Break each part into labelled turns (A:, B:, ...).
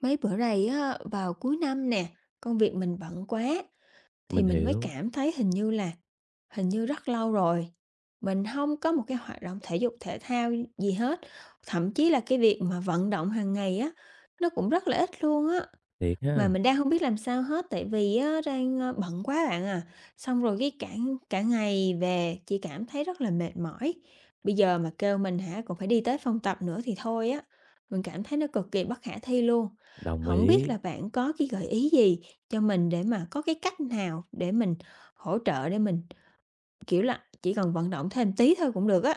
A: Mấy bữa này á, vào cuối năm nè, công việc mình bận quá thì
B: Mình
A: mình mới
B: hiểu,
A: cảm thấy hình như rất lâu rồi mình không có một cái hoạt động thể dục thể thao gì hết. Thậm chí là cái việc mà vận động hàng ngày á nó cũng rất là ít luôn á.
B: thiệt
A: Mà
B: ha,
A: mình đang không biết làm sao hết, tại vì á đang, bận quá bạn à, xong rồi cái cả cả ngày về chị cảm thấy rất là mệt mỏi. Bây giờ mà kêu mình hả còn phải đi tới phòng tập nữa thì thôi á, mình cảm thấy nó cực kỳ bất khả thi luôn.
B: đồng
A: Không biết
B: ý,
A: là bạn có cái gợi ý gì cho mình để mà có cái cách nào để mình hỗ trợ để mình, kiểu là, chỉ cần vận động thêm tí thôi cũng được á?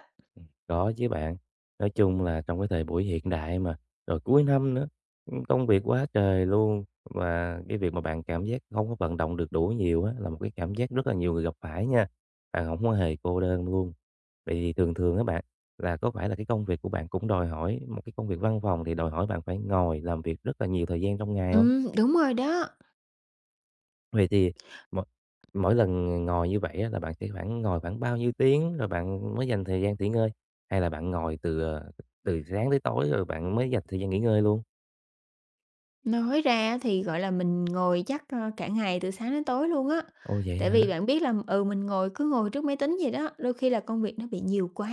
B: có chứ bạn. Nói chung là trong cái thời buổi hiện đại mà, rồi cuối năm nữa, công việc quá trời luôn, và cái việc mà bạn cảm giác không có vận động được đủ nhiều á, là một cái cảm giác rất là nhiều người gặp phải nha, bạn không có hề cô đơn luôn. Vậy thì thường thường á bạn, là có phải là cái công việc của bạn cũng đòi hỏi một cái công việc văn phòng thì đòi hỏi bạn phải ngồi làm việc rất là nhiều thời gian trong ngày hông?
A: Ừ, đúng rồi đó.
B: Vậy thì mỗi mỗi lần ngồi như vậy á, là bạn sẽ khoảng ngồi khoảng bao nhiêu tiếng rồi bạn mới dành thời gian nghỉ ngơi? Hay là bạn ngồi từ, từ sáng tới tối rồi bạn mới dành thời gian nghỉ ngơi luôn?
A: Nói ra thì, gọi là, mình ngồi chắc, cả ngày từ sáng đến tối luôn á.
B: Ồ, vậy
A: Tại vì
B: hả?
A: bạn biết là, mình ngồi cứ ngồi trước máy tính vậy đó, đôi khi là công việc nó bị nhiều quá,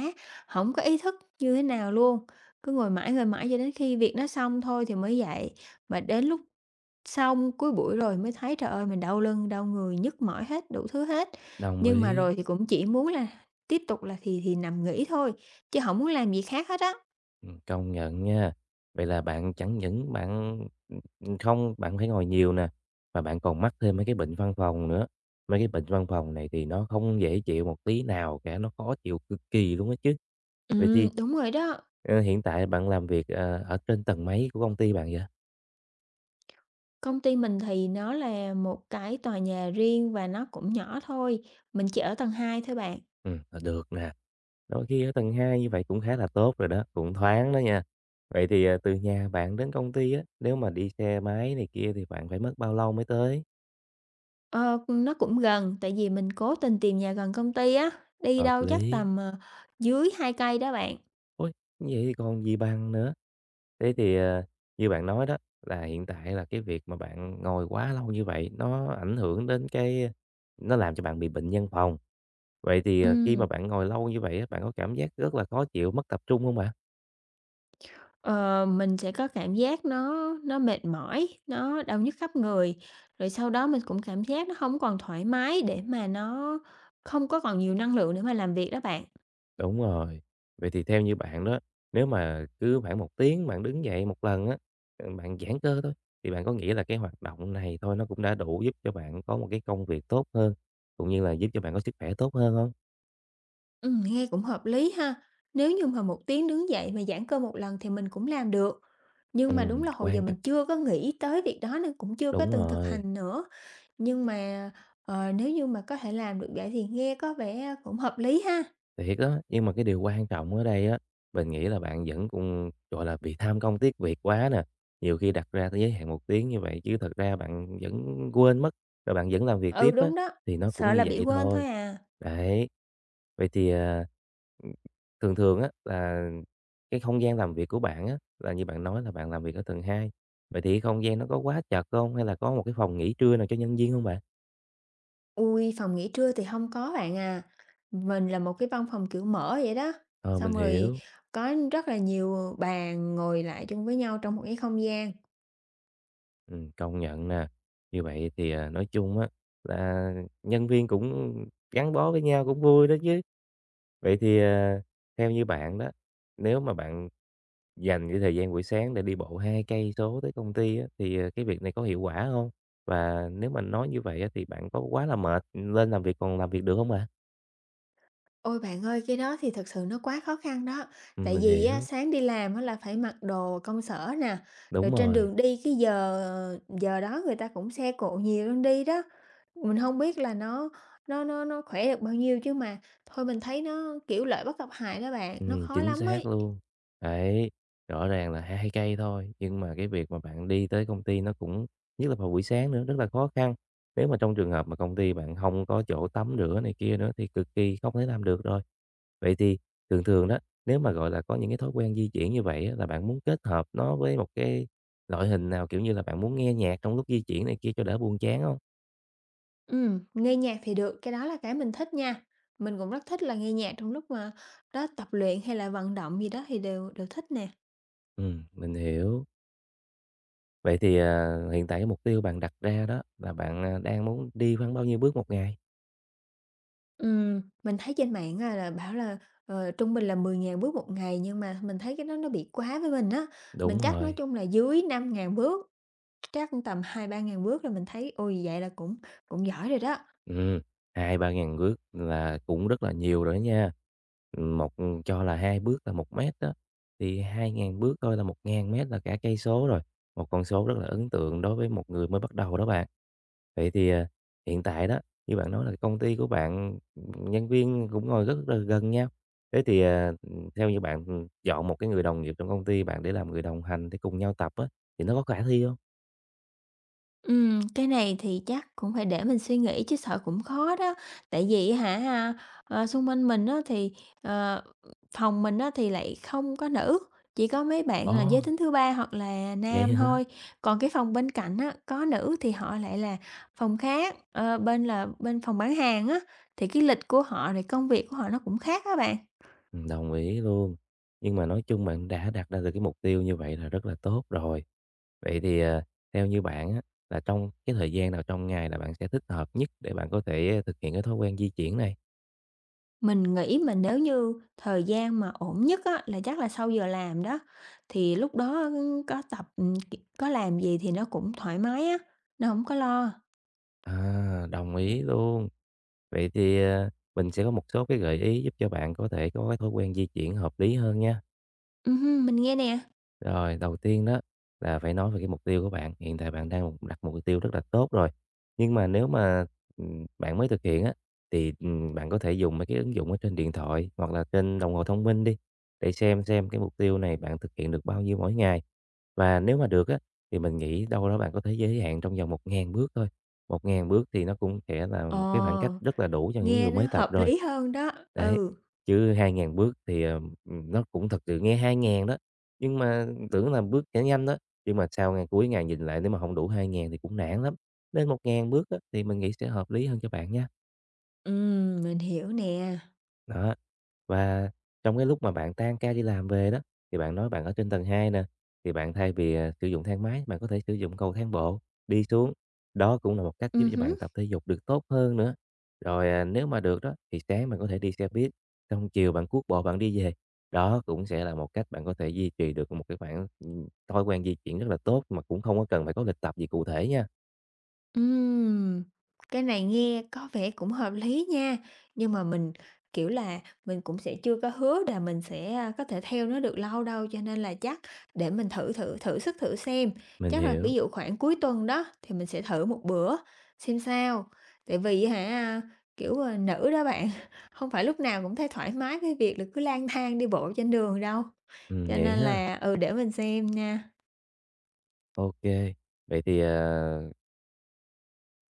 A: không có ý thức như thế nào luôn, cứ ngồi mãi cho đến khi việc nó xong thôi thì mới dậy. Mà đến lúc xong cuối buổi rồi mới thấy, trời ơi, mình đau lưng, đau người, nhức mỏi hết, đủ thứ hết.
B: Đồng
A: Nhưng mà
B: ý.
A: rồi thì cũng chỉ muốn là tiếp tục là thì nằm nghỉ thôi, chứ không muốn làm gì khác hết á.
B: Công nhận nha. Vậy là bạn chẳng những bạn, ừ, không bạn phải ngồi nhiều nè, mà bạn còn mắc thêm mấy cái bệnh văn phòng nữa. Mấy cái bệnh văn phòng này thì nó không dễ chịu một tí nào cả, nó khó chịu cực kỳ luôn á chứ. Vậy thì,
A: Đúng rồi đó.
B: hiện tại bạn làm việc, ở trên tầng mấy của công ty bạn vậy?
A: Công ty mình thì nó là một cái tòa nhà riêng và nó cũng nhỏ thôi, mình chỉ ở tầng 2 thôi bạn.
B: Ờ, Được nè, đôi khi ở tầng 2 như vậy cũng khá là tốt rồi đó, cũng thoáng đó nha. Vậy thì, từ nhà bạn đến công ty á, nếu mà đi xe máy này kia thì bạn phải mất bao lâu mới tới?
A: Ờ, nó cũng gần, tại vì mình cố tình tìm nhà gần công ty á, đi
B: Hợp
A: đâu chắc
B: lý.
A: tầm, dưới 2 cây đó bạn.
B: Ôi, vậy thì còn gì bằng nữa. Thế thì, như bạn nói đó, là hiện tại là cái việc mà bạn ngồi quá lâu như vậy nó ảnh hưởng đến cái nó làm cho bạn bị bệnh nhân phòng. Vậy thì, khi
A: Ừm,
B: mà bạn ngồi lâu như vậy á, bạn có cảm giác rất là khó chịu, mất tập trung không bạn?
A: ờ, mình sẽ có cảm giác nó mệt mỏi, nó đau nhức khắp người, rồi sau đó mình cũng cảm giác nó không còn thoải mái để mà nó không có còn nhiều năng lượng để mà làm việc đó bạn.
B: Đúng rồi. Vậy thì theo như bạn đó, nếu mà cứ khoảng một tiếng bạn đứng dậy một lần á, bạn giãn cơ thôi, thì bạn có nghĩ là cái hoạt động này thôi nó cũng đã đủ giúp cho bạn có một cái công việc tốt hơn, cũng như là giúp cho bạn có sức khỏe tốt hơn không?
A: Nghe cũng hợp lý ha, nếu như mà một tiếng đứng dậy mà giãn cơ một lần thì mình cũng làm được. Nhưng mà đúng là hồi giờ
B: Quan
A: mình
B: trọng
A: chưa có nghĩ tới việc đó nên cũng chưa có
B: Đúng
A: từng thực
B: rồi,
A: hành nữa. Nhưng mà, nếu như mà có thể làm được vậy thì nghe có vẻ cũng hợp lý ha.
B: thiệt á, nhưng mà cái điều quan trọng ở đây á, mình nghĩ là bạn vẫn cũng, gọi là, bị tham công tiếc việc quá nè. Nhiều khi đặt ra cái giới hạn một tiếng như vậy chứ thật ra bạn vẫn quên mất, rồi bạn vẫn làm việc
A: Ừ,
B: tiếp á,
A: đúng đó,
B: thì nó cũng
A: sợ
B: như
A: là bị
B: vậy
A: quên
B: thôi.
A: thôi à.
B: Đấy, vậy thì, thường thường á là cái không gian làm việc của bạn á, là như bạn nói là bạn làm việc ở tầng 2. Vậy thì cái không gian nó có quá chật không? Hay là có một cái phòng nghỉ trưa nào cho nhân viên không bạn?
A: Ui, phòng nghỉ trưa thì không có bạn à. Mình là một cái văn phòng, kiểu, mở vậy đó,
B: Ờ, mình
A: xong rồi
B: hiểu.
A: có rất là nhiều bàn ngồi lại chung với nhau trong một cái không gian.
B: Công nhận nè. Như vậy thì, nói chung á là nhân viên cũng gắn bó với nhau cũng vui đó chứ. Vậy thì, theo như bạn đó, nếu mà bạn dành cái thời gian buổi sáng để đi bộ 2 cây số tới công ty á, thì, cái việc này có hiệu quả không? Và nếu mà nói như vậy á thì bạn có quá là mệt, lên làm việc còn làm việc được không ạ?
A: Ôi bạn ơi, cái đó thì thật sự nó quá khó khăn đó. Tại
B: Mình
A: vì á,
B: hiểu,
A: sáng đi làm á, là phải mặc đồ công sở nè, rồi
B: đúng
A: trên
B: rồi.
A: đường đi cái giờ giờ đó người ta cũng xe cộ nhiều lên đi đó. Mình không biết là nó khỏe được bao nhiêu chứ mà thôi mình thấy nó, kiểu, lợi bất cập hại đó bạn, nó khó
B: Chính
A: lắm
B: xác
A: ấy.
B: luôn. Đấy, rõ ràng là 2 cây thôi, nhưng mà cái việc mà bạn đi tới công ty nó cũng nhất là vào buổi sáng nữa, rất là khó khăn. Nếu mà trong trường hợp mà công ty bạn không có chỗ tắm rửa này kia nữa thì cực kỳ không thể làm được rồi. Vậy thì thường thường đó, nếu mà, gọi là, có những cái thói quen di chuyển như vậy á, là bạn muốn kết hợp nó với một cái loại hình nào? Kiểu như là, bạn muốn nghe nhạc trong lúc di chuyển này kia cho đỡ buồn chán không?
A: Nghe nhạc thì được, cái đó là cái mình thích nha. Mình cũng rất thích là nghe nhạc trong lúc mà đó tập luyện hay là vận động gì đó thì đều đều thích nè.
B: Mình hiểu. Vậy thì, hiện tại cái mục tiêu bạn đặt ra đó là bạn, đang muốn đi khoảng bao nhiêu bước một ngày?
A: Mình thấy trên mạng á là bảo là, trung bình là 10.000 bước một ngày, nhưng mà mình thấy cái đó nó bị quá với mình á. Mình
B: Đúng
A: chắc nói
B: rồi,
A: chung là dưới 5.000 bước, chắc tầm 2-3 ngàn bước là mình thấy, ôi, vậy là cũng cũng giỏi rồi đó.
B: ừm, 2 000 3 bước là cũng rất là nhiều rồi đó nha. một cho là 2 bước là một mét đó, thì 2.000 bước thôi là 1.000 mét là cả cây số rồi, một con số rất là ấn tượng đối với một người mới bắt đầu đó bạn. Vậy thì, hiện tại đó, như bạn nói là công ty của bạn, nhân viên cũng ngồi rất là gần nhau, thế thì, theo như bạn, chọn một cái người đồng nghiệp trong công ty bạn để làm người đồng hành để cùng nhau tập á, thì nó có khả thi không?
A: Cái này thì chắc cũng phải để mình suy nghĩ chứ sợ cũng khó đó. Tại vì hả, xung quanh mình á thì, ờ, phòng mình á thì lại không có nữ, chỉ có mấy bạn là giới
B: Ồ,
A: tính thứ ba hoặc là
B: vậy
A: nam
B: hả?
A: thôi. Còn cái phòng bên cạnh á, có nữ thì họ lại là phòng khác, bên phòng bán hàng á, thì cái lịch của họ rồi công việc của họ nó cũng khác các bạn.
B: Đồng ý luôn. Nhưng mà nói chung bạn đã đặt ra được cái mục tiêu như vậy là rất là tốt rồi. Vậy thì, theo như bạn á, là trong cái thời gian nào trong ngày là bạn sẽ thích hợp nhất để bạn có thể thực hiện cái thói quen di chuyển này?
A: Mình nghĩ mà nếu như thời gian mà ổn nhất á, là chắc là sau giờ làm đó, thì lúc đó, có tập, kiểu, có làm gì thì nó cũng thoải mái á, nó không có lo.
B: À, đồng ý luôn. Vậy thì, mình sẽ có một số cái gợi ý giúp cho bạn có thể có cái thói quen di chuyển hợp lý hơn nha.
A: Hưm, mình nghe nè.
B: Rồi, đầu tiên đó là phải nói về cái mục tiêu của bạn. Hiện tại bạn đang đặt một mục tiêu rất là tốt rồi. Nhưng mà nếu mà bạn mới thực hiện á, thì bạn có thể dùng mấy cái ứng dụng ở trên điện thoại hoặc là trên đồng hồ thông minh đi để xem cái mục tiêu này bạn thực hiện được bao nhiêu mỗi ngày. Và nếu mà được á, thì mình nghĩ đâu đó bạn có thể giới hạn trong vòng 1.000 bước thôi. 1.000 bước thì nó cũng sẽ là một cái khoảng cách
A: Ờ,
B: rất là đủ cho những
A: nghe
B: người
A: nó
B: mới tập
A: hợp
B: rồi.
A: lý hơn đó.
B: Đấy,
A: Ừ,
B: chứ 2.000 bước thì nó cũng thật sự nghe 2.000 đó, nhưng mà tưởng là bước sẽ nhanh đó, nhưng mà sau ngày cuối ngày nhìn lại nếu mà không đủ 2.000 thì cũng nản lắm, nên 1.000 bước á thì mình nghĩ sẽ hợp lý hơn cho bạn nha.
A: mình hiểu nè.
B: Đó. Và trong cái lúc mà bạn tan ca đi làm về đó, thì bạn nói bạn ở trên tầng 2 nè, thì bạn thay vì, sử dụng thang máy, bạn có thể sử dụng cầu thang bộ đi xuống. Đó cũng là một cách giúp cho
A: Hứm.
B: bạn tập thể dục được tốt hơn nữa. Rồi, nếu mà được đó, thì sáng bạn có thể đi xe buýt, xong chiều bạn cuốc bộ bạn đi về. Đó cũng sẽ là một cách bạn có thể duy trì được một cái khoảng, thói quen di chuyển rất là tốt, mà cũng không có cần phải có lịch tập gì cụ thể nha.
A: Ừm, cái này nghe có vẻ cũng hợp lý nha, nhưng mà mình, kiểu là, mình cũng sẽ chưa có hứa là mình sẽ, có thể theo nó được lâu đâu, cho nên là chắc để mình thử thử thử sức thử xem.
B: Mình
A: Chắc là
B: hiểu,
A: ví dụ khoảng cuối tuần đó thì mình sẽ thử một bữa xem sao. Tại vì hả, kiểu, nữ đó bạn, không phải lúc nào cũng thấy thoải mái với việc là cứ lang thang đi bộ trên đường đâu, cho
B: vậy
A: nên
B: ha,
A: là, để mình xem nha.
B: ok. Vậy thì, à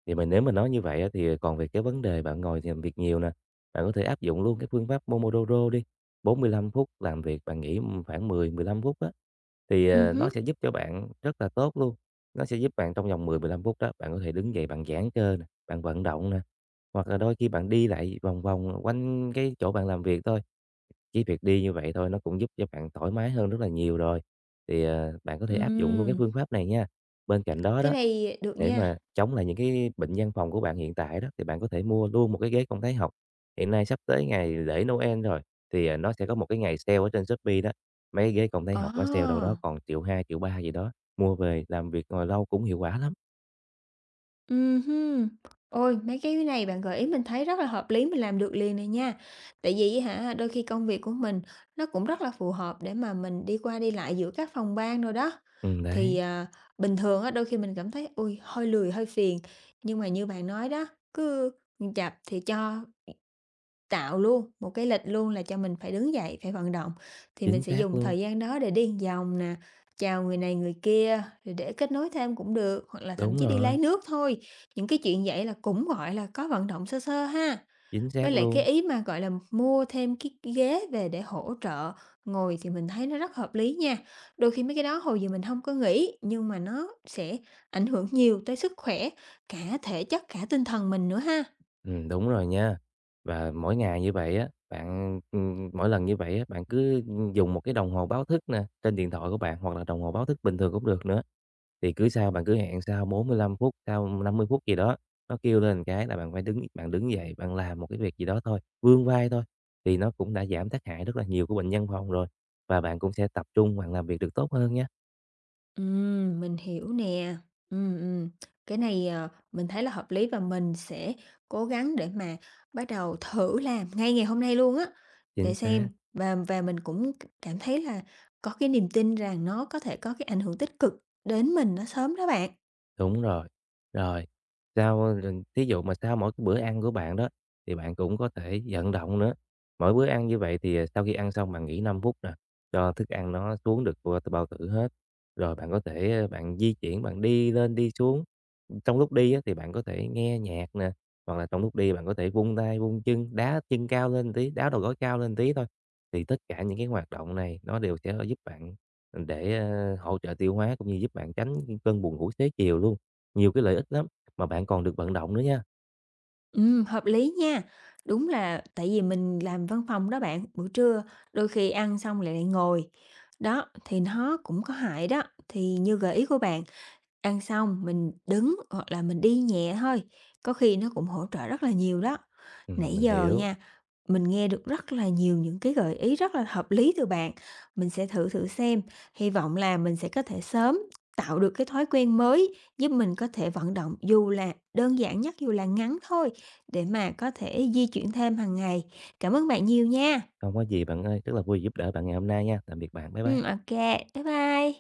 B: Thì mà nếu mà nói như vậy á, thì còn về cái vấn đề bạn ngồi thì làm việc nhiều nè, bạn có thể áp dụng luôn cái phương pháp Pomodoro đi. 45 phút làm việc, bạn nghỉ khoảng 10-15 phút á, thì, nó
A: Hứm.
B: sẽ giúp cho bạn rất là tốt luôn, nó sẽ giúp bạn trong vòng 10, 15 phút đó, bạn có thể đứng dậy bạn giãn cơ nè, bạn vận động nè, hoặc là đôi khi bạn đi lại vòng vòng quanh cái chỗ bạn làm việc thôi. Chỉ việc đi như vậy thôi nó cũng giúp cho bạn thoải mái hơn rất là nhiều rồi, thì, bạn có thể áp dụng luôn cái
A: ừm,
B: phương pháp này nha. Bên cạnh đó
A: cái
B: đó,
A: này được
B: để mà
A: nha.
B: chống lại những cái bệnh văn phòng của bạn hiện tại đó, thì bạn có thể mua luôn một cái ghế không thái học. Hiện nay sắp tới ngày lễ Noel rồi, thì, nó sẽ có một cái ngày sale ở trên Shopee đó. Mấy cái ghế công thái
A: Ờ.
B: học nó sale đâu đó còn triệu hai triệu ba gì đó, mua về làm việc ngồi lâu cũng hiệu quả lắm.
A: Ừm. Ôi, mấy cái này bạn gợi ý mình thấy rất là hợp lý, mình làm được liền này nha. Tại vì á hả, đôi khi công việc của mình nó cũng rất là phù hợp để mà mình đi qua đi lại giữa các phòng ban đồ đó.
B: Ừ
A: Thì,
B: đấy,
A: bình thường á, đôi khi mình cảm thấy, ui hơi lười, hơi phiền, nhưng mà như bạn nói đó, cứ, ừm, thì cho tạo luôn một cái lịch luôn là cho mình phải đứng dậy, phải vận động, thì mình
B: chính
A: sẽ
B: xác
A: dùng
B: luôn,
A: thời gian đó để đi vòng nè, chào người này người kia, rồi để kết nối thêm cũng được, hoặc là thậm
B: đúng
A: chí đi lấy
B: rồi,
A: nước thôi. Những cái chuyện vậy là cũng, gọi là, có vận động sơ sơ ha.
B: chính
A: Với
B: xác
A: lại cái
B: luôn.
A: ý mà, gọi là, mua thêm cái ghế về để hỗ trợ ngồi thì mình thấy nó rất hợp lý nha. Đôi khi mấy cái đó hồi giờ mình không có nghĩ, nhưng mà nó sẽ ảnh hưởng nhiều tới sức khỏe, cả thể chất, cả tinh thần mình nữa ha.
B: Đúng rồi nha. Và mỗi ngày như vậy á, bạn, mỗi lần như vậy á, bạn cứ dùng một cái đồng hồ báo thức nè, trên điện thoại của bạn hoặc là đồng hồ báo thức bình thường cũng được nữa. Thì cứ bạn cứ hẹn sau 45 phút, sau 50 phút gì đó, nó kêu lên cái là bạn phải đứng dậy, bạn làm một cái việc gì đó thôi, vươn vai thôi, thì nó cũng đã giảm tác hại rất là nhiều của bệnh nhân phòng rồi, và bạn cũng sẽ tập trung, bạn làm việc được tốt hơn nhé.
A: Mình hiểu nè. Ừm, ừm. Cái này, mình thấy là hợp lý và mình sẽ cố gắng để mà bắt đầu thử làm ngay ngày hôm nay luôn á,
B: Chính
A: để xem.
B: xác.
A: Và mình cũng cảm thấy là có cái niềm tin rằng nó có thể có cái ảnh hưởng tích cực đến mình nó sớm đó bạn.
B: Đúng rồi. Rồi, sau thí dụ mà sau mỗi cái bữa ăn của bạn đó, thì bạn cũng có thể vận động nữa. Mỗi bữa ăn như vậy thì, sau khi ăn xong bạn nghỉ 5 phút nè, cho thức ăn nó xuống được qua bao tử hết. Rồi bạn có thể, bạn di chuyển, bạn đi lên đi xuống. Trong lúc đi á, thì bạn có thể nghe nhạc nè, hoặc là trong lúc đi bạn có thể vung tay, vung chân, đá chân cao lên tí, đá đầu gối cao lên tí thôi. Thì tất cả những cái hoạt động này nó đều sẽ giúp bạn để, hỗ trợ tiêu hóa cũng như giúp bạn tránh những cơn buồn ngủ xế chiều luôn. Nhiều cái lợi ích lắm, mà bạn còn được vận động nữa nha.
A: Hợp lý nha. Đúng là tại vì mình làm văn phòng đó bạn, buổi trưa đôi khi ăn xong lại lại ngồi, đó, thì nó cũng có hại đó. Thì như gợi ý của bạn. Ăn xong mình đứng hoặc là mình đi nhẹ thôi, có khi nó cũng hỗ trợ rất là nhiều đó. Nãy
B: Mình
A: giờ
B: hiểu,
A: nha, mình nghe được rất là nhiều những cái gợi ý rất là hợp lý từ bạn, mình sẽ thử thử xem, hy vọng là mình sẽ có thể sớm tạo được cái thói quen mới giúp mình có thể vận động dù là đơn giản nhất, dù là ngắn thôi, để mà có thể di chuyển thêm hàng ngày. Cảm ơn bạn nhiều nha.
B: không có gì bạn ơi, rất là vui giúp đỡ bạn ngày hôm nay nha. Tạm biệt bạn, bye
A: Ô,
B: bye.
A: bye bye.